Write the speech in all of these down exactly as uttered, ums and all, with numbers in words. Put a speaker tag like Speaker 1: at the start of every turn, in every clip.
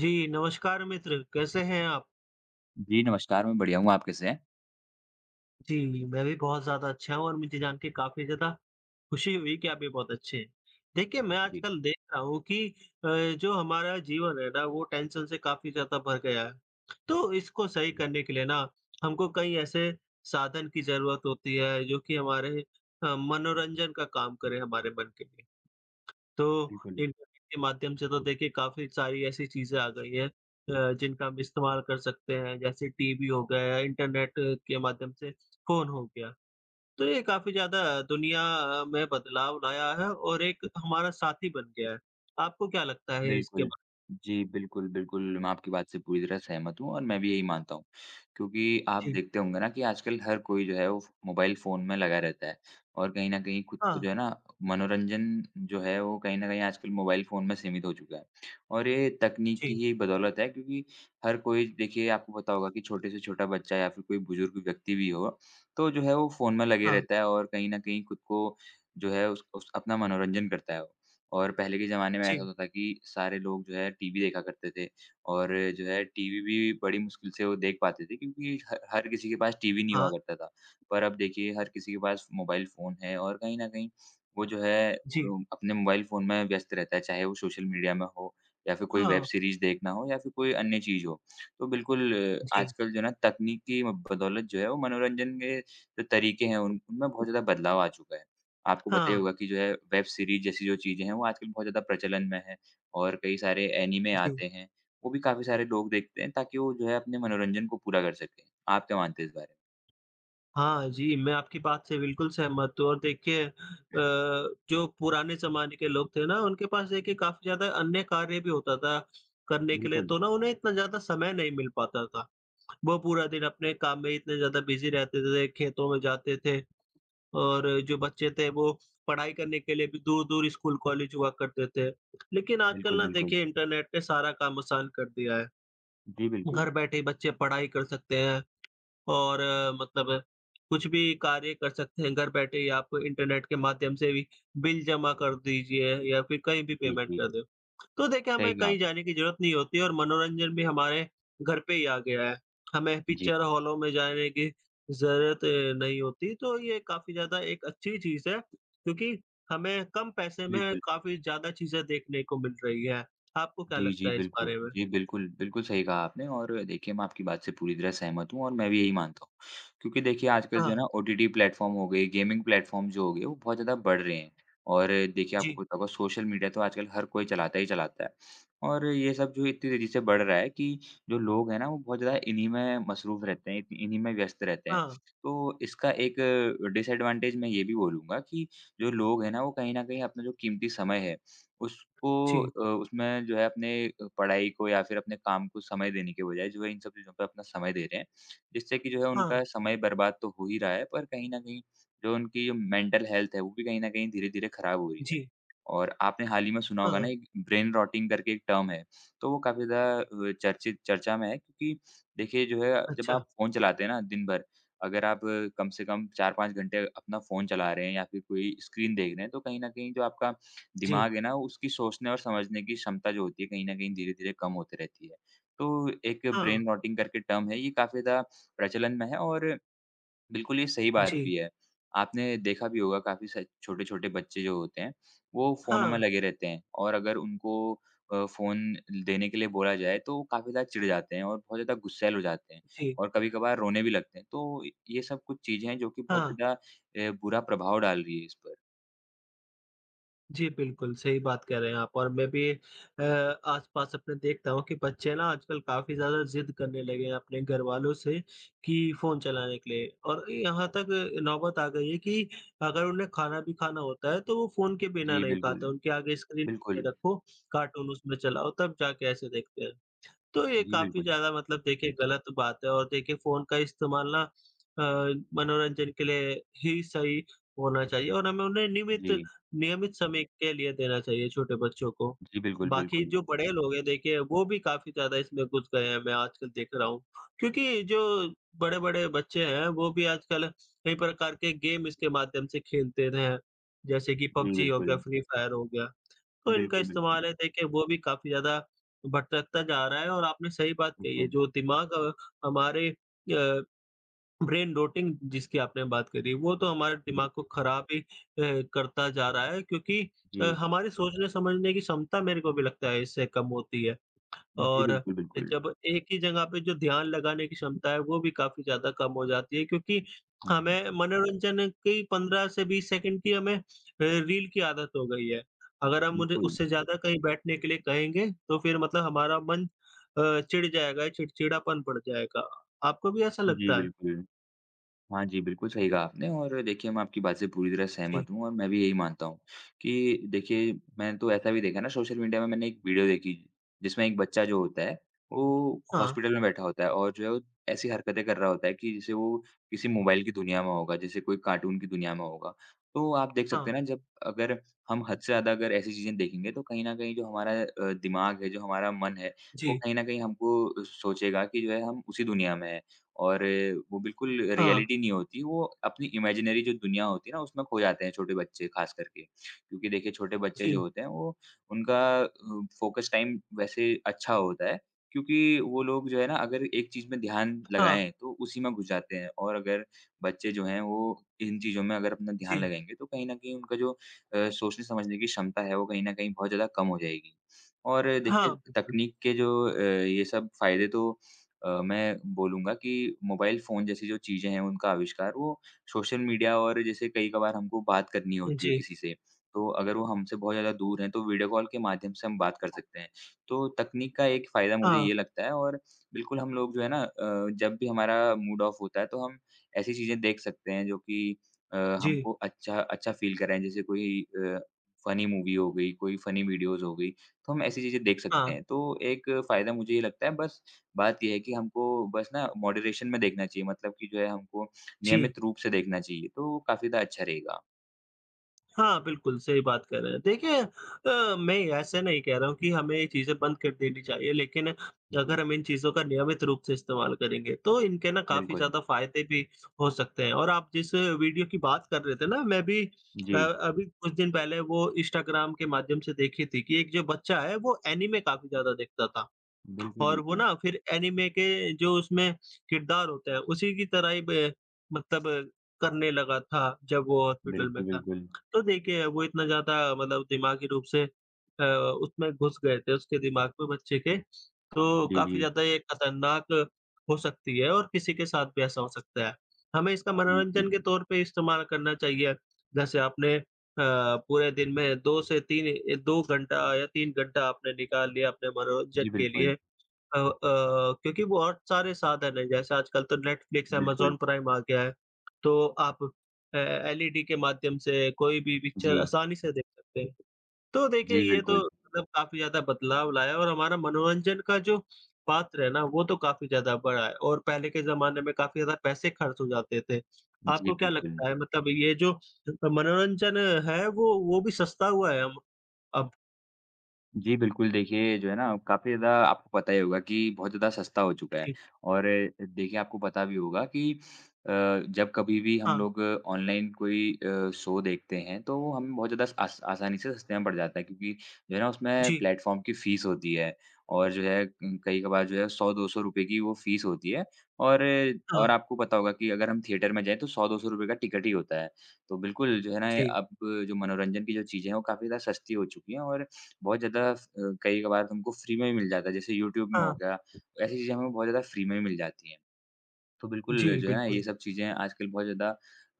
Speaker 1: जी, नमस्कार मित्र, कैसे हैं आप?
Speaker 2: जी, नमस्कार, मैं बढ़िया हूँ, आप कैसे हैं?
Speaker 1: जी, मैं भी बहुत ज़्यादा अच्छा हूँ और मुझे जान के काफ़ी ज़्यादा खुशी हुई कि आप भी बहुत अच्छे हैं। देखिए, मैं
Speaker 2: जी।
Speaker 1: आजकल देख रहा हूँ कि अ, जो हमारा जीवन है ना, वो टेंशन से काफ़ी ज़्यादा भर गया है। तो इसको सही करने के लिए ना, हमको कई ऐसे साधन की ज़रूरत होती है, जो कि हमारे अ, मनोरंजन का काम करें हमारे मन के लिए। तो
Speaker 2: बिल्कुल।
Speaker 1: इंटरनेट के माध्यम से तो देखिए काफ़ी सारी ऐसी चीज़ें आ गई हैं अ, जिनका हम इस्तेमाल कर सकते हैं, जैसे टीवी हो गया या इंटरनेट के माध्यम से फ़ोन हो गया। तो ये काफ़ी ज़्यादा दुनिया अ, में बदलाव लाया है और एक हमारा साथी बन गया है। आपको क्या लगता है इसके
Speaker 2: बिल्कुल।
Speaker 1: बारे
Speaker 2: जी, बिल्कुल, बिल्कुल, मैं आपकी बात से पूरी तरह सहमत हूँ और मैं भी यही मानता हूँ। क्योंकि
Speaker 1: में?
Speaker 2: आप
Speaker 1: जी,
Speaker 2: देखते होंगे ना कि आजकल हर कोई जो है वो फ़ मोबाइल फ़ोन में लगा रहता है और कहीं न कहीं खुद को
Speaker 1: हाँ,
Speaker 2: जो है ना मनोरंजन जो है वो कहीं न कहीं आजकल मोबाइल फ़ोन में सीमित हो चुका है। और ये तकनीक की
Speaker 1: जी,
Speaker 2: ही बदौलत है क्योंकि हर कोई देखिए आपको पता होगा कि छोटे से छोटा बच्चा या फिर कोई बुज़ुर्ग व्यक्ति भी हो, तो जो है वो फ़ोन में लगे
Speaker 1: हाँ,
Speaker 2: रहता है और कहीं न कहीं खुद को जो है उस उस अपना मनोरंजन करता है। और पहले के ज़माने में ऐसा
Speaker 1: जी,
Speaker 2: होता था कि सारे लोग जो है टीवी देखा करते थे और जो है टीवी भी बड़ी मुश्किल से वो देख पाते थे क्योंकि ह हर किसी के पास टीवी नहीं हुआ
Speaker 1: हाँ,
Speaker 2: करता था। पर अब देखिए हर किसी के पास मोबाइल फ़ोन है और कहीं न कहीं वो जो है
Speaker 1: जी,
Speaker 2: उम, अपने मोबाइल फ़ोन में व्यस्त रहता है, चाहे वो सोशल मीडिया में हो या फिर कोई वेब
Speaker 1: हाँ,
Speaker 2: सीरीज़ देखना हो या फिर कोई अन्य चीज़ हो। तो बिल्कुल अ,
Speaker 1: जी,
Speaker 2: आजकल जो है ना तकनीक की बदौलत जो है वो मनोरंजन के जो तरीके हैं उन उनमें बहुत ज़्यादा बदलाव आ चुका है। आपको पता ही
Speaker 1: हाँ,
Speaker 2: होगा कि जो है वेब सीरीज़ जैसी जो चीज़ें हैं वो आजकल बहुत ज़्यादा प्रचलन में है और कई सारे एनीमे
Speaker 1: जी।
Speaker 2: आते हैं, वो भी काफ़ी सारे लोग देखते हैं ताकि वो जो है अपने मनोरंजन को पूरा कर सकें। आप क्या मानते हैं इस बारे में?
Speaker 1: हाँ जी, मैं आपकी बात से बिल्कुल सहमत हूँ और देखिए अ, जो पुराने ज़माने के लोग थे ना, उनके पास देखिए काफ़ी ज़्यादा अन्य कार्य भी होता था करने के लिए,
Speaker 2: बिल्कुल।
Speaker 1: तो ना उन्हें इतना ज़्यादा समय नहीं मिल पाता था। वो पूरा दिन अपने काम में इतने ज़्यादा बिज़ी रहते थे, खेतों में जाते थे और जो बच्चे थे वो पढ़ाई करने के लिए भी दूर-दूर स्कूल, कॉलेज हुआ करते थे। लेकिन आजकल
Speaker 2: बिल्कुल,
Speaker 1: ना
Speaker 2: बिल्कुल।
Speaker 1: देखिए इंटरनेट ने सारा काम आसान कर दिया है।
Speaker 2: जी, बिल्कुल।
Speaker 1: घर बैठे ही बच्चे पढ़ाई कर सकते हैं और अ, मतलब कुछ भी कार्य कर सकते हैं घर बैठे ही आप इंटरनेट के माध्यम से भी बिल जमा कर दीजिए या फिर कहीं भी
Speaker 2: जी,
Speaker 1: पेमेंट
Speaker 2: जी।
Speaker 1: कर दो। तो देखिए
Speaker 2: सही
Speaker 1: हमें
Speaker 2: कहा।
Speaker 1: कहीं जाने की ज़रूरत नहीं होती और मनोरंजन भी हमारे घर पे ही आ गया है। हमें
Speaker 2: जी,
Speaker 1: पिक्चर हॉलों में जाने की ज़रूरत नहीं होती तो ये काफ़ी ज़्यादा एक अच्छी चीज़ है क्योंकि हमें कम पैसे में
Speaker 2: बिल्कुल।
Speaker 1: काफ़ी ज़्यादा चीज़ें देखने को मिल रही है। आपको क्या
Speaker 2: जी,
Speaker 1: लगता
Speaker 2: जी,
Speaker 1: है इस
Speaker 2: बिल्कुल।
Speaker 1: बारे में?
Speaker 2: जी, बिल्कुल, बिल्कुल सही कहा आपने और देखिए मैं आपकी बात से पूरी तरह सहमत हूँ और मैं भी यही मानता हूँ। क्योंकि देखिए आजकल जो है
Speaker 1: हाँ,
Speaker 2: ना ओटीटी प्लेटफ़ॉर्म हो गए, गेमिंग प्लेटफ़ॉर्म जो हो गए वो बहुत ज़्यादा बढ़ रहे हैं। और देखिए आपको
Speaker 1: जी।
Speaker 2: पता होगा सोशल मीडिया तो आजकल हर कोई चलाता ही चलाता है। और ये सब जो है इतनी तेज़ी से बढ़ रहा है कि जो लोग हैं ना वो बहुत ज़्यादा इन्हीं में मसरूफ़ रहते हैं, इतनी- इन्हीं में व्यस्त रहते हैं।
Speaker 1: हाँ,
Speaker 2: तो इसका एक डिसएडवांटेज मैं ये भी बोलूँगा कि जो लोग हैं ना वो कहीं न कहीं अपना जो कीमती समय है उसको
Speaker 1: जी।
Speaker 2: अ, उसमें जो है अपने अ, पढ़ाई को या फिर अपने काम को समय देने के बजाय जो है इन सब चीज़ों पे अपना समय दे रहे हैं। जिससे कि जो है
Speaker 1: हाँ,
Speaker 2: उनका समय बर्बाद तो हो ही रहा है पर कहीं न कहीं जो उनकी जो मेंटल हेल्थ है वो भी कहीं न कहीं धीरे-धीरे खराब हो रही है।
Speaker 1: जी।
Speaker 2: और आपने हाल ही में सुना होगा
Speaker 1: हाँ।
Speaker 2: ना एक ब्रेन रॉटिंग करके एक टर्म है, तो वो काफ़ी ज़्यादा अ, चर्चित चर्चा में है क्योंकि देखिए जो है जब
Speaker 1: अच्छा,
Speaker 2: आप फ़ोन चलाते हैं ना दिन भर, अगर आप अ, कम से कम चार पाँच घंटे अपना फ़ोन चला रहे हैं या फिर कोई स्क्रीन देख रहे हैं तो कहीं न कहीं जो आपका
Speaker 1: जी।
Speaker 2: दिमाग है ना, उसकी सोचने और समझने की क्षमता जो होती है, कहीं न कहीं धीरे-धीरे कम होती रहती है। तो एक
Speaker 1: हाँ,
Speaker 2: ब्रेन रॉटिंग करके टर्म है, ये काफ़ी ज़्यादा प्रचलन में है और बिल्कुल ये सही बात
Speaker 1: जी।
Speaker 2: भी है। आपने देखा भी होगा काफ़ी स छोटे-छोटे बच्चे जो होते हैं, वो फ़ोनों में
Speaker 1: हाँ,
Speaker 2: लगे रहते हैं और अगर उनको अ, फ़ोन देने के लिए बोला जाए, तो वो काफ़ी ज़्यादा चिढ़ जाते हैं और बहुत ज़्यादा गुस्सैल हो जाते हैं
Speaker 1: जी।
Speaker 2: और कभी-कभार रोने भी लगते हैं। तो ये सब कुछ चीज़ें हैं, जो कि बहुत
Speaker 1: हाँ,
Speaker 2: ज़्यादा अ, बुरा प्रभाव डाल रही है इस पर।
Speaker 1: जी, बिल्कुल, सही बात कह रहे हैं आप और मैं भी अ, आस-पास अपने देखता हूँ कि बच्चे ना आजकल काफ़ी ज़्यादा ज़िद करने लगे हैं अपने घरवालों से कि फ़ोन चलाने के लिए और यहाँ तक नौबत आ गई है कि अगर उन्हें खाना भी खाना होता है, तो वो फ़ोन के बिना
Speaker 2: जी,
Speaker 1: नहीं खाते,
Speaker 2: बिल्कुल।
Speaker 1: उनके आगे स्क्रीन
Speaker 2: बिल्कुल।
Speaker 1: नहीं रखो, कार्टून उसमें चलाओ, तब जाके ऐसे देखते हैं। तो ये
Speaker 2: जी,
Speaker 1: काफ़ी
Speaker 2: बिल्कुल।
Speaker 1: ज़्यादा मतलब देखिए गलत बात है और देखिए फ़ोन का इस्तेमाल ना अ, मनोरंजन के लिए ही सही होना चाहिए और हमें उन्हें नियमित
Speaker 2: जी,
Speaker 1: नियमित समय के लिए देना चाहिए छोटे बच्चों को।
Speaker 2: जी, बिल्कुल,
Speaker 1: बाकी
Speaker 2: बिल्कुल।
Speaker 1: जो बड़े लोग हैं देखिए वो भी काफ़ी ज़्यादा इसमें घुस गए हैं, मैं आजकल देख रहा हूँ। क्योंकि जो बड़े-बड़े बच्चे हैं वो भी आजकल कई प्रकार के गेम इसके माध्यम से खेलते हैं। जैसे कि
Speaker 2: जी,
Speaker 1: पबजी हो गया,
Speaker 2: बिल्कुल।
Speaker 1: फ्री फायर हो गया। तो इनका
Speaker 2: बिल्कुल, बिल्कुल।
Speaker 1: इस्तेमाल है देखिए वो भी काफ़ी ज़्यादा भटकता जा रहा है और आपने सही बात कही है
Speaker 2: बिल्कुल।
Speaker 1: जो दिमाग अ, हमारे अ, ब्रेन रोटिंग जिसकी आपने बात करी वो तो हमारे
Speaker 2: जी,
Speaker 1: दिमाग को खराब ही अ, करता जा रहा है क्योंकि अ,
Speaker 2: जी,
Speaker 1: हमारी सोचने समझने की क्षमता मेरे को भी लगता है इससे कम होती है।
Speaker 2: जी,
Speaker 1: और
Speaker 2: बिल्कुल, बिल्कुल।
Speaker 1: जब एक ही जगह पे जो ध्यान लगाने की क्षमता है, वो भी काफ़ी ज़्यादा कम हो जाती है क्योंकि
Speaker 2: हुँ,
Speaker 1: हमें मनोरंजन की पंद्रह से बीस सेकंड की हमें अ, रील की आदत हो गई है। अगर हम मुझे
Speaker 2: बिल्कुल।
Speaker 1: उससे ज़्यादा कहीं बैठने के लिए कहेंगे, तो फिर मतलब हमारा मन अ, चिढ़ जाएगा, चिड़चिड़ापन बढ़ जाएगा। आपको भी ऐसा
Speaker 2: जी,
Speaker 1: लगता है?
Speaker 2: बिल्कुल। हाँ जी, बिल्कुल सही कहा आपने और देखिए मैं आपकी बात से पूरी तरह
Speaker 1: जी।
Speaker 2: सहमत हूँ और मैं भी यही मानता हूँ कि देखिए मैंने तो ऐसा भी देखा ना सोशल मीडिया में मैंने एक वीडियो देखी जिसमें एक बच्चा जो होता है वो
Speaker 1: हाँ,
Speaker 2: हॉस्पिटल में बैठा होता है और जो है वो ऐसी हरकतें कर रहा होता है कि जैसे वो किसी मोबाइल की दुनिया में होगा, जैसे कोई कार्टून की दुनिया में होगा। तो आप देख सकते
Speaker 1: हाँ,
Speaker 2: हैं ना जब अगर हम हद से ज़्यादा अगर ऐसी चीज़ें देखेंगे तो कहीं न कहीं जो हमारा अ, दिमाग है, जो हमारा मन है, वो
Speaker 1: जी,
Speaker 2: कहीं न कहीं हमको सोचेगा कि जो है हम उसी दुनिया में हैं। और वो बिल्कुल
Speaker 1: हाँ,
Speaker 2: रियलिटी नहीं होती, वो अपनी इमेजिनरी जो दुनिया होती है ना, उसमें खो जाते हैं छोटे बच्चे ख़ास करके। क्योंकि देखिए छोटे बच्चे जो
Speaker 1: जी,
Speaker 2: होते हैं वो उनका अ, फ़ोकस टाइम वैसे अच्छा होता है, क्योंकि वो लोग जो है ना अगर एक चीज़ में ध्यान
Speaker 1: हाँ,
Speaker 2: लगाएँ तो उसी में घुस जाते हैं और अगर बच्चे जो हैं वो इन चीज़ों में अगर अपना ध्यान
Speaker 1: जी,
Speaker 2: लगाएँगे तो कहीं न कहीं उनका जो अ, सोचने-समझने की क्षमता है वो कहीं न कहीं बहुत ज़्यादा कम हो जाएगी। और देखिए
Speaker 1: हाँ, बिल्कुल।
Speaker 2: तकनीक के जो अ, ये सब फ़ायदे तो अ, मैं बोलूँगा कि मोबाइल फ़ोन जैसी जो चीज़ें हैं उनका आविष्कार वो सोशल मीडिया और जैसे कई कभार हमको बात करनी होती है
Speaker 1: जी,
Speaker 2: किसी से, तो अगर वो हमसे बहुत ज़्यादा दूर हैं तो वीडियो कॉल के माध्यम से हम बात कर सकते हैं। तो तकनीक का एक फ़ायदा मुझे
Speaker 1: हाँ,
Speaker 2: ये लगता है और बिल्कुल हम लोग जो है ना अ, जब भी हमारा मूड ऑफ होता है तो हम ऐसी चीज़ें देख सकते हैं जो कि अ,
Speaker 1: जी,
Speaker 2: हमको अच्छा अच्छा फ़ील कराएँ जैसे कोई अ, फ़नी मूवी हो गई, कोई फ़नी वीडियोज़ हो गई, तो हम ऐसी चीज़ें देख सकते
Speaker 1: हाँ,
Speaker 2: हैं। तो एक फ़ायदा मुझे ये लगता है बस बात ये है कि हमको बस ना मॉडरेशन में देखना चाहिए मतलब कि जो है हमको
Speaker 1: जी।
Speaker 2: नियमित रूप से देखना चाहिए, तो काफ़ी ज़्यादा अच्छा रहेगा।
Speaker 1: हाँ, बिल्कुल, सही बात कह रहे हैं। देखिए अ, मैं ऐसे नहीं कह रहा हूँ कि हमें ये चीज़ें बंद कर देनी चाहिए, लेकिन
Speaker 2: जी,
Speaker 1: अगर हम इन चीज़ों का नियमित रूप से इस्तेमाल करेंगे, तो इनके ना काफ़ी
Speaker 2: बिल्कुल।
Speaker 1: ज़्यादा फ़ायदे भी हो सकते हैं। और आप जिस वीडियो की बात कर रहे थे ना, मैं भी अ,
Speaker 2: जी,
Speaker 1: अभी कुछ दिन पहले वो इंस्टाग्राम के माध्यम से देखी थी कि एक जो बच्चा है, वो एनीमे काफ़ी ज़्यादा देखता था।
Speaker 2: बिल्कुल,
Speaker 1: और वो
Speaker 2: बिल्कुल।
Speaker 1: ना फिर एनीमे के जो उसमें किरदार होता है, उसी की तरह ही ब मतलब करने लगा था, जब वो हॉस्पिटल में
Speaker 2: बिल्कुल,
Speaker 1: था।
Speaker 2: बिल्कुल।
Speaker 1: तो देखिए, वो इतना ज़्यादा मतलब दिमागी रूप से अ, उसमें घुस गए थे, उसके दिमाग में बच्चे के, तो
Speaker 2: जी,
Speaker 1: काफ़ी
Speaker 2: जी,
Speaker 1: ज़्यादा ये खतरनाक हो सकती है और किसी के साथ भी ऐसा हो सकता है। हमें इसका
Speaker 2: बिल्कुल।
Speaker 1: मनोरंजन के तौर पे इस्तेमाल करना चाहिए। जैसे आपने अ, पूरे दिन में दो से तीन ए, दो घंटा या तीन घंटा आपने निकाल लिया अपने मनोरंजन
Speaker 2: जी,
Speaker 1: के
Speaker 2: बिल्कुल,
Speaker 1: लिए, अ अ, क्योंकि बहुत सारे साधन हैं, जैसे आजकल तो नेटफ्लिक्स,
Speaker 2: बिल्कुल।
Speaker 1: अमेज़न प्राइम आ गया है, तो आप अ, एलईडी के माध्यम से कोई भी
Speaker 2: जी,
Speaker 1: पिक्चर आसानी से देख सकते हैं। तो देखिए,
Speaker 2: जी,
Speaker 1: ये तो
Speaker 2: बिल्कुल।
Speaker 1: मतलब काफ़ी ज़्यादा बदलाव लाया और हमारा मनोरंजन का जो पात्र है ना, वो तो काफ़ी ज़्यादा बड़ा है और पहले के ज़माने में काफ़ी ज़्यादा पैसे खर्च हो जाते थे।
Speaker 2: जी,
Speaker 1: आपको क्या
Speaker 2: बिल्कुल।
Speaker 1: लगता है मतलब ये जो मनोरंजन है, वो वो भी सस्ता हुआ है हम अब?
Speaker 2: जी, बिल्कुल, देखिए जो है ना काफ़ी ज़्यादा आपको पता ही होगा कि बहुत ज़्यादा सस्ता हो चुका है
Speaker 1: जी,
Speaker 2: और देखिए आपको पता भी होगा कि अ, जब कभी भी हम
Speaker 1: हाँ,
Speaker 2: लोग ऑनलाइन कोई अ, शो देखते हैं तो वो हमें बहुत ज़्यादा आस आसानी से सस्ते में पड़ जाता है क्योंकि जो है ना उसमें
Speaker 1: जी,
Speaker 2: प्लेटफ़ॉर्म की फ़ीस होती है और जो है कई-कभार जो है सौ दो सौ रुपए की वो फ़ीस होती है और
Speaker 1: हाँ,
Speaker 2: और आपको पता होगा कि अगर हम थिएटर में जाएँ तो सौ दो सौ रुपए का टिकट ही होता है। तो बिल्कुल जो है ना
Speaker 1: जी,
Speaker 2: अब जो मनोरंजन की जो चीज़ें हैं वो काफ़ी ज़्यादा सस्ती हो चुकी हैं और बहुत ज़्यादा फ अ, कई कभार हमको फ्री में भी मिल जाता है, जैसे यूट्यूब में
Speaker 1: हाँ,
Speaker 2: हो गया, ऐसी चीज़ें हमें बहुत ज़्यादा फ्री में भी मिल जाती हैं। तो
Speaker 1: जी,
Speaker 2: बिल्कुल जो है ना
Speaker 1: बिल्कुल,
Speaker 2: ये सब चीज़ें आजकल बहुत ज़्यादा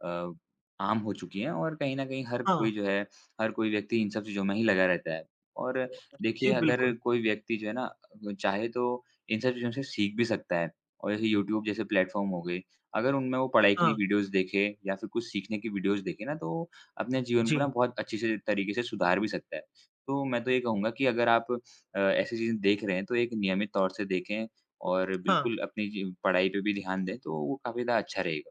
Speaker 2: अ, आम हो चुकी हैं और कहीं न कहीं हर
Speaker 1: हाँ।
Speaker 2: कोई जो है, हर कोई व्यक्ति इन सब चीज़ों में ही लगा रहता है। और देखिए
Speaker 1: जी,
Speaker 2: अगर
Speaker 1: बिल्कुल।
Speaker 2: कोई व्यक्ति जो है ना अ, चाहे तो इन सब चीज़ों से सीख भी सकता है और जैसे यूट्यूब जैसे प्लेटफ़ॉर्म हो गए, अगर उनमें वो पढ़ाई
Speaker 1: हाँ,
Speaker 2: की वीडियोज़ देखे या फिर कुछ सीखने की वीडियोज़ देखे ना तो अपने जीवन को ना
Speaker 1: जी,
Speaker 2: बहुत अच्छे से तरीके से सुधार भी सकता है। तो मैं तो ये कहूँगा कि अगर आप अ, ऐसी चीज़ें देख रहे हैं तो एक नियमित तौर से देखें और
Speaker 1: हाँ।
Speaker 2: बिल्कुल अपनी जी पढ़ाई पे भी ध्यान दें, तो वो काफ़ी ज़्यादा अच्छा रहेगा।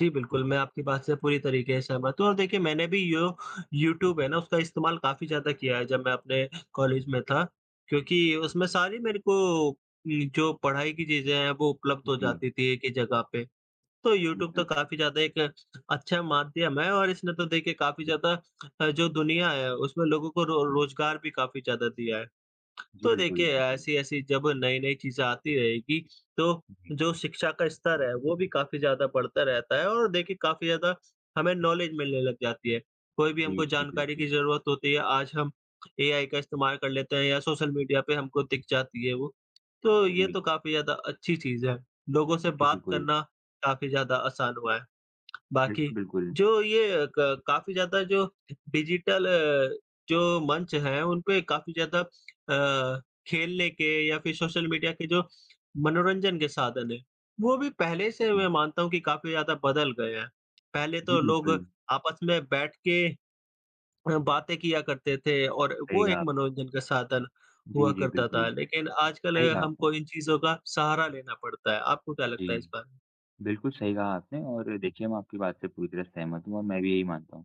Speaker 1: जी, बिल्कुल, मैं आपकी बात से पूरी तरीके से सहमत हूँ और देखिए मैंने भी यो यूट्यूब है ना उसका इस्तेमाल काफ़ी ज़्यादा किया है जब मैं अपने कॉलेज में था, क्योंकि उसमें सारी मेरे को उम, जो पढ़ाई की चीज़ें हैं वो उपलब्ध हो
Speaker 2: जी,
Speaker 1: जाती थी एक ही जगह पे। तो यूट्यूब तो
Speaker 2: बिल्कुल।
Speaker 1: काफ़ी ज़्यादा एक अच्छा माध्यम है और इसने तो देखिए काफ़ी ज़्यादा अ, जो दुनिया है उसमें लोगों को रो
Speaker 2: जी,
Speaker 1: रोज़गार भी काफ़ी ज़्यादा दिया है।
Speaker 2: जी
Speaker 1: तो
Speaker 2: बिल्कुल,
Speaker 1: देखिए
Speaker 2: बिल्कुल।
Speaker 1: ऐसी-ऐसी जब नई-नई चीज़ें आती रहेगी, तो
Speaker 2: जी,
Speaker 1: जो शिक्षा का स्तर है वो भी काफ़ी ज़्यादा बढ़ता रहता है और देखिए काफ़ी ज़्यादा हमें नॉलेज मिलने लग जाती है। कोई भी
Speaker 2: जी,
Speaker 1: हमको
Speaker 2: जी
Speaker 1: जानकारी
Speaker 2: बिल्कुल।
Speaker 1: की ज़रूरत होती है, आज हम एआई का इस्तेमाल कर लेते हैं या सोशल मीडिया पे हमको दिख जाती है वो। तो ये
Speaker 2: जी,
Speaker 1: तो काफ़ी ज़्यादा अच्छी चीज़ है। लोगों से
Speaker 2: जी
Speaker 1: बात
Speaker 2: बिल्कुल।
Speaker 1: करना काफ़ी ज़्यादा आसान हुआ है। बाकी
Speaker 2: बिल्कुल, बिल्कुल।
Speaker 1: जो ये क काफ़ी ज़्यादा जो डिजिटल अ, जो मंच हैं, उनपे काफ़ी ज़्यादा अ, खेलने के या फिर सोशल मीडिया के जो मनोरंजन के साधन हैं, वो भी
Speaker 2: जी
Speaker 1: पहले से
Speaker 2: बिल्कुल,
Speaker 1: मैं मानता हूँ कि काफ़ी ज़्यादा बदल गए हैं। पहले
Speaker 2: जी
Speaker 1: तो लोग
Speaker 2: बिल्कुल,
Speaker 1: आपस में बैठ के अ, बातें किया करते थे और
Speaker 2: सही
Speaker 1: वो एक
Speaker 2: कहा आपने।
Speaker 1: मनोरंजन का साधन हुआ
Speaker 2: जी, जी
Speaker 1: करता
Speaker 2: बिल्कुल,
Speaker 1: था,
Speaker 2: सही
Speaker 1: लेकिन आजकल अ,
Speaker 2: कहा आपने।
Speaker 1: हमको इन चीज़ों का सहारा लेना पड़ता है। आपको क्या
Speaker 2: जी,
Speaker 1: लगता है इस बारे में?
Speaker 2: बिल्कुल सही कहा आपने और देखिए मैं आपकी बात से पूरी तरह सहमत हूँ और मैं भी यही मानता हूँ।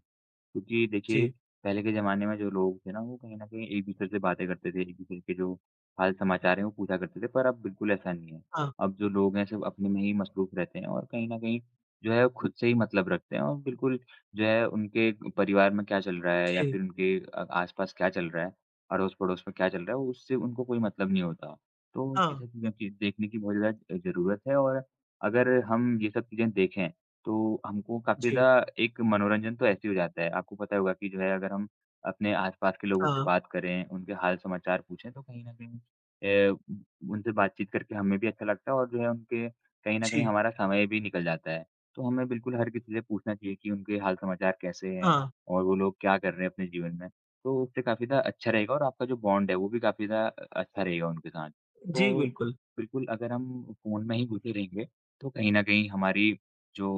Speaker 2: क्योंकि देखिए,
Speaker 1: जी।
Speaker 2: पहले के ज़माने में जो लोग थे ना, वो कहीं न कहीं एक-दूसरे से बातें करते थे, एक-दूसरे के जो हाल-समाचार हैं, वो पूछा करते थे, पर अब बिल्कुल ऐसा नहीं है।
Speaker 1: हाँ,
Speaker 2: अब जो लोग हैं, सब अपने में ही मसरूफ़ रहते हैं और कहीं न कहीं जो है, वो खुद से ही मतलब रखते हैं और बिल्कुल जो है, उनके परिवार में क्या चल रहा है या
Speaker 1: जी।
Speaker 2: फिर उनके अ, आस-पास क्या चल रहा है, अड़ोस-पड़ोस में क्या चल रहा है, उससे उनको कोई मतलब नहीं होता। तो ये
Speaker 1: हाँ,
Speaker 2: सब चीज़ें की- देखने की बहुत ज़्यादा ज़रूरत है और अगर हम ये सब चीज़ें देखें तो हमको काफ़ी
Speaker 1: जी।
Speaker 2: ज़्यादा एक मनोरंजन तो ऐसे ही हो जाता है। आपको पता होगा कि जो है अगर हम अपने आस-पास के लोगों से
Speaker 1: हाँ,
Speaker 2: बात करें, उनके हाल-समाचार पूछें तो कहीं न कहीं अ, उ उनसे बातचीत करके हमें भी अच्छा लगता है और जो है उनके कहीं न कहीं
Speaker 1: जी।
Speaker 2: हमारा समय भी निकल जाता है। तो हमें बिल्कुल हर किसी से पूछना चाहिए कि उनके हाल-समाचार कैसे हैं
Speaker 1: हाँ,
Speaker 2: और वो लोग क्या कर रहे हैं अपने जीवन में। तो उससे काफ़ी ज़्यादा अच्छा रहेगा और आपका जो बॉन्ड है वो भी काफ़ी ज़्यादा अ, अच्छा रहेगा उनके साथ।
Speaker 1: जी,
Speaker 2: तो
Speaker 1: बिल्कुल।
Speaker 2: बिल्कुल अगर हम फ़ोन में ही घुसे रहेंगे तो कहीं न कहीं हमारी जो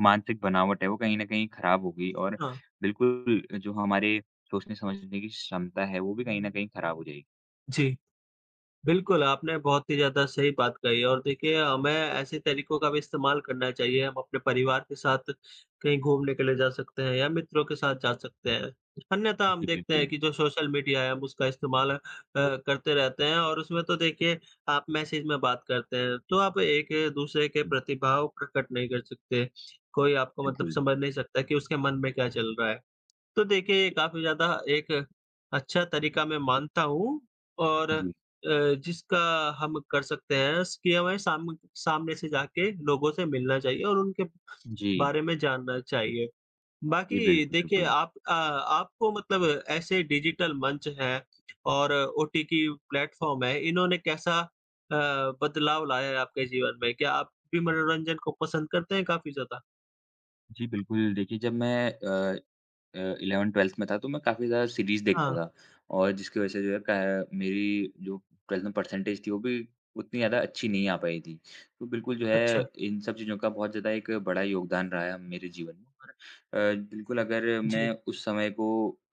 Speaker 2: मानसिक बनावट है वो कहीं न कहीं खराब होगी और
Speaker 1: हाँ,
Speaker 2: बिल्कुल जो हमारे सोचने-समझने की क्षमता है, वो भी कहीं न कहीं खराब हो जाएगी।
Speaker 1: जी। बिल्कुल, आपने बहुत ही ज़्यादा सही बात कही और देखिए हमें ऐसे तरीकों का भी इस्तेमाल करना चाहिए। हम अपने परिवार के साथ कहीं घूमने के लिए जा सकते हैं या मित्रों के साथ जा सकते हैं। अन्यथा हम
Speaker 2: जी,
Speaker 1: देखते हैं
Speaker 2: बिल्कुल।
Speaker 1: कि जो सोशल मीडिया है हम उसका इस्तेमाल अ, करते रहते हैं और उसमें तो देखिए आप मैसेज में बात करते हैं, तो आप एक-दूसरे के
Speaker 2: जी,
Speaker 1: प्रतिभाव प्रकट नहीं कर सकते। कोई आपको मतलब
Speaker 2: बिल्कुल।
Speaker 1: समझ नहीं सकता कि उसके मन में क्या चल रहा है। तो देखिए, काफ़ी ज़्यादा एक अच्छा तरीका मैं मानता हूँ और अ,
Speaker 2: जी।
Speaker 1: जिसका हम कर सकते हैं स कि हमें साम सामने से जाके लोगों से मिलना चाहिए और उनके
Speaker 2: जी।
Speaker 1: बारे में जानना चाहिए।
Speaker 2: जी,
Speaker 1: बाकी
Speaker 2: बिल्कुल,
Speaker 1: देखिए
Speaker 2: बिल्कुल।
Speaker 1: आप अ, आपको मतलब ऐसे डिजिटल मंच हैं और ओटीटी प्लेटफ़ॉर्म है, इन्होंने कैसा अ, बदलाव लाया है आपके जीवन में? क्या आप भी मनोरंजन को पसंद करते हैं काफ़ी ज़्यादा?
Speaker 2: जी, बिल्कुल देखिए जब मैं अ अ, इलेवेंथ-ट्वेल्थ में था तो मैं काफ़ी ज़्यादा सीरीज़ देखता
Speaker 1: हाँ,
Speaker 2: था और जिसकी वज़ह से जो है क मेरी जो ट्वेल्थ में परसेंटेज थी वो भी उतनी ज़्यादा अच्छी नहीं आ पाई थी। तो बिल्कुल जो है
Speaker 1: अच्छा।
Speaker 2: इन सब चीज़ों का बहुत ज़्यादा एक बड़ा योगदान रहा है मेरे जीवन में और अ, बिल्कुल अगर मैं
Speaker 1: जी।
Speaker 2: उस समय को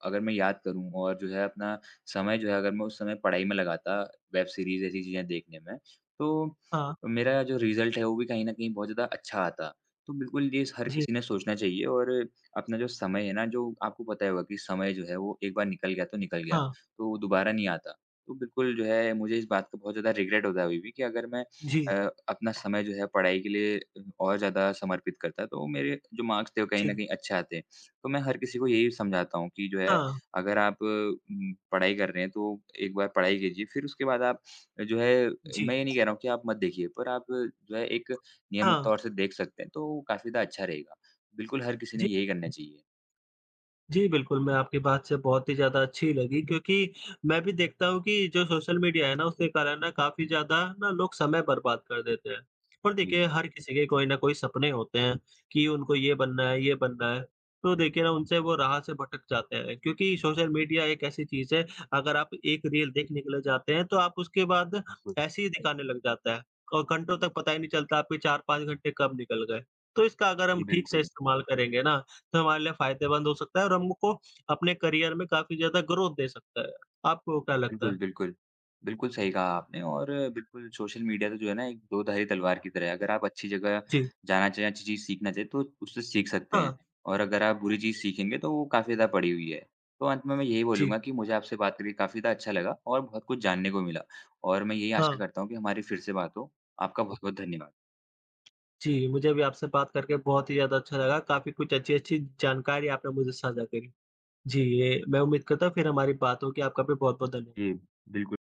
Speaker 2: अगर मैं याद करूँ और जो है अपना समय जो है अगर मैं उस समय पढ़ाई में लगाता वेब सीरीज़ ऐसी चीज़ें देखने में, तो
Speaker 1: हाँ,
Speaker 2: मेरा जो रिज़ल्ट है वो भी कहीं न कहीं बहुत ज़्यादा अच्छा आता। तो बिल्कुल ये स हर
Speaker 1: जी।
Speaker 2: किसी ने सोचना चाहिए और अपना जो समय है ना, जो आपको पता ही होगा कि समय जो है वो एक बार निकल गया तो निकल गया,
Speaker 1: हाँ,
Speaker 2: तो वो दोबारा नहीं आता। तो बिल्कुल जो है मुझे इस बात का बहुत ज़्यादा रिग्रेट होता है अभी भी कि अगर मैं
Speaker 1: जी,
Speaker 2: अ, अपना समय जो है पढ़ाई के लिए और ज़्यादा समर्पित करता तो मेरे जो मार्क्स थे वो कहीं न
Speaker 1: जी।
Speaker 2: कहीं अच्छे आते। तो मैं हर किसी को यही समझाता हूँ कि जो है
Speaker 1: हाँ,
Speaker 2: अगर आप उम, पढ़ाई कर रहे हैं तो एक बार पढ़ाई कीजिए फिर उसके बाद आप जो है
Speaker 1: जी।
Speaker 2: मैं ये नहीं कह रहा हूँ कि आप मत देखिए पर आप जो है एक नियमित
Speaker 1: हाँ,
Speaker 2: तौर से देख सकते हैं, तो काफ़ी ज़्यादा अच्छा रहेगा। बिल्कुल, हर किसी ने
Speaker 1: जी।
Speaker 2: यही करना चाहिए।
Speaker 1: जी, बिल्कुल, मैं आपकी बात से बहुत ही ज़्यादा अच्छी लगी क्योंकि मैं भी देखता हूँ कि जो सोशल मीडिया है ना, उसके कारण ना काफ़ी ज़्यादा ना लोग समय बर्बाद कर देते हैं। और
Speaker 2: जी,
Speaker 1: देखिए, हर किसी के कोई ना कोई सपने होते हैं कि उनको ये बनना है, ये बनना है। तो देखिए ना, उनसे वो राह से भटक जाते हैं क्योंकि सोशल मीडिया एक ऐसी चीज़ है, अगर आप एक रील देखने के लिए जाते हैं, तो आप उसके बाद
Speaker 2: बिल्कुल।
Speaker 1: ऐसे ही दिखाने लग जाता है और घंटों तक पता ही नहीं चलता आपके चार पाँच घंटे कब निकल गए। तो इसका अगर हम
Speaker 2: जी,
Speaker 1: ठीक से
Speaker 2: बिल्कुल।
Speaker 1: इस्तेमाल करेंगे ना, तो हमारे लिए फ़ायदेमंद हो सकता है और हमको अपने करियर में काफ़ी ज़्यादा ग्रोथ दे सकता है। आपको क्या लगता है?
Speaker 2: बिल्कुल, बिल्कुल। बिल्कुल सही कहा आपने और बिल्कुल सोशल मीडिया तो जो है ना एक दो-धारी तलवार की तरह है। अगर आप अच्छी जगह
Speaker 1: जी।
Speaker 2: जाना चाहें, अच्छी चीज़ सीखना चाहें तो उससे सीख सकते हैं
Speaker 1: हाँ,
Speaker 2: और अगर आप बुरी चीज़ सीखेंगे तो वो काफ़ी ज़्यादा पड़ी हुई है। तो अंत में मैं यही
Speaker 1: जी।
Speaker 2: बोलूँगा कि मुझे आपसे बात करके काफ़ी ज़्यादा अच्छा लगा और बहुत कुछ जानने को मिला और मैं यही आशा
Speaker 1: हाँ,
Speaker 2: करता हूँ कि हमारी फिर से बात हो। आपका बहुत-बहुत धन्यवाद।
Speaker 1: जी, मुझे भी आपसे बात करके बहुत ही ज़्यादा अच्छा लगा। काफ़ी कुछ अच्छी-अच्छी जानकारी आपने मुझे साझा करी। जी, ये मैं उम्मीद करता हूँ फिर हमारी बात होगी। आपका भी बहुत-बहुत धन्य
Speaker 2: जी, बिल्कुल।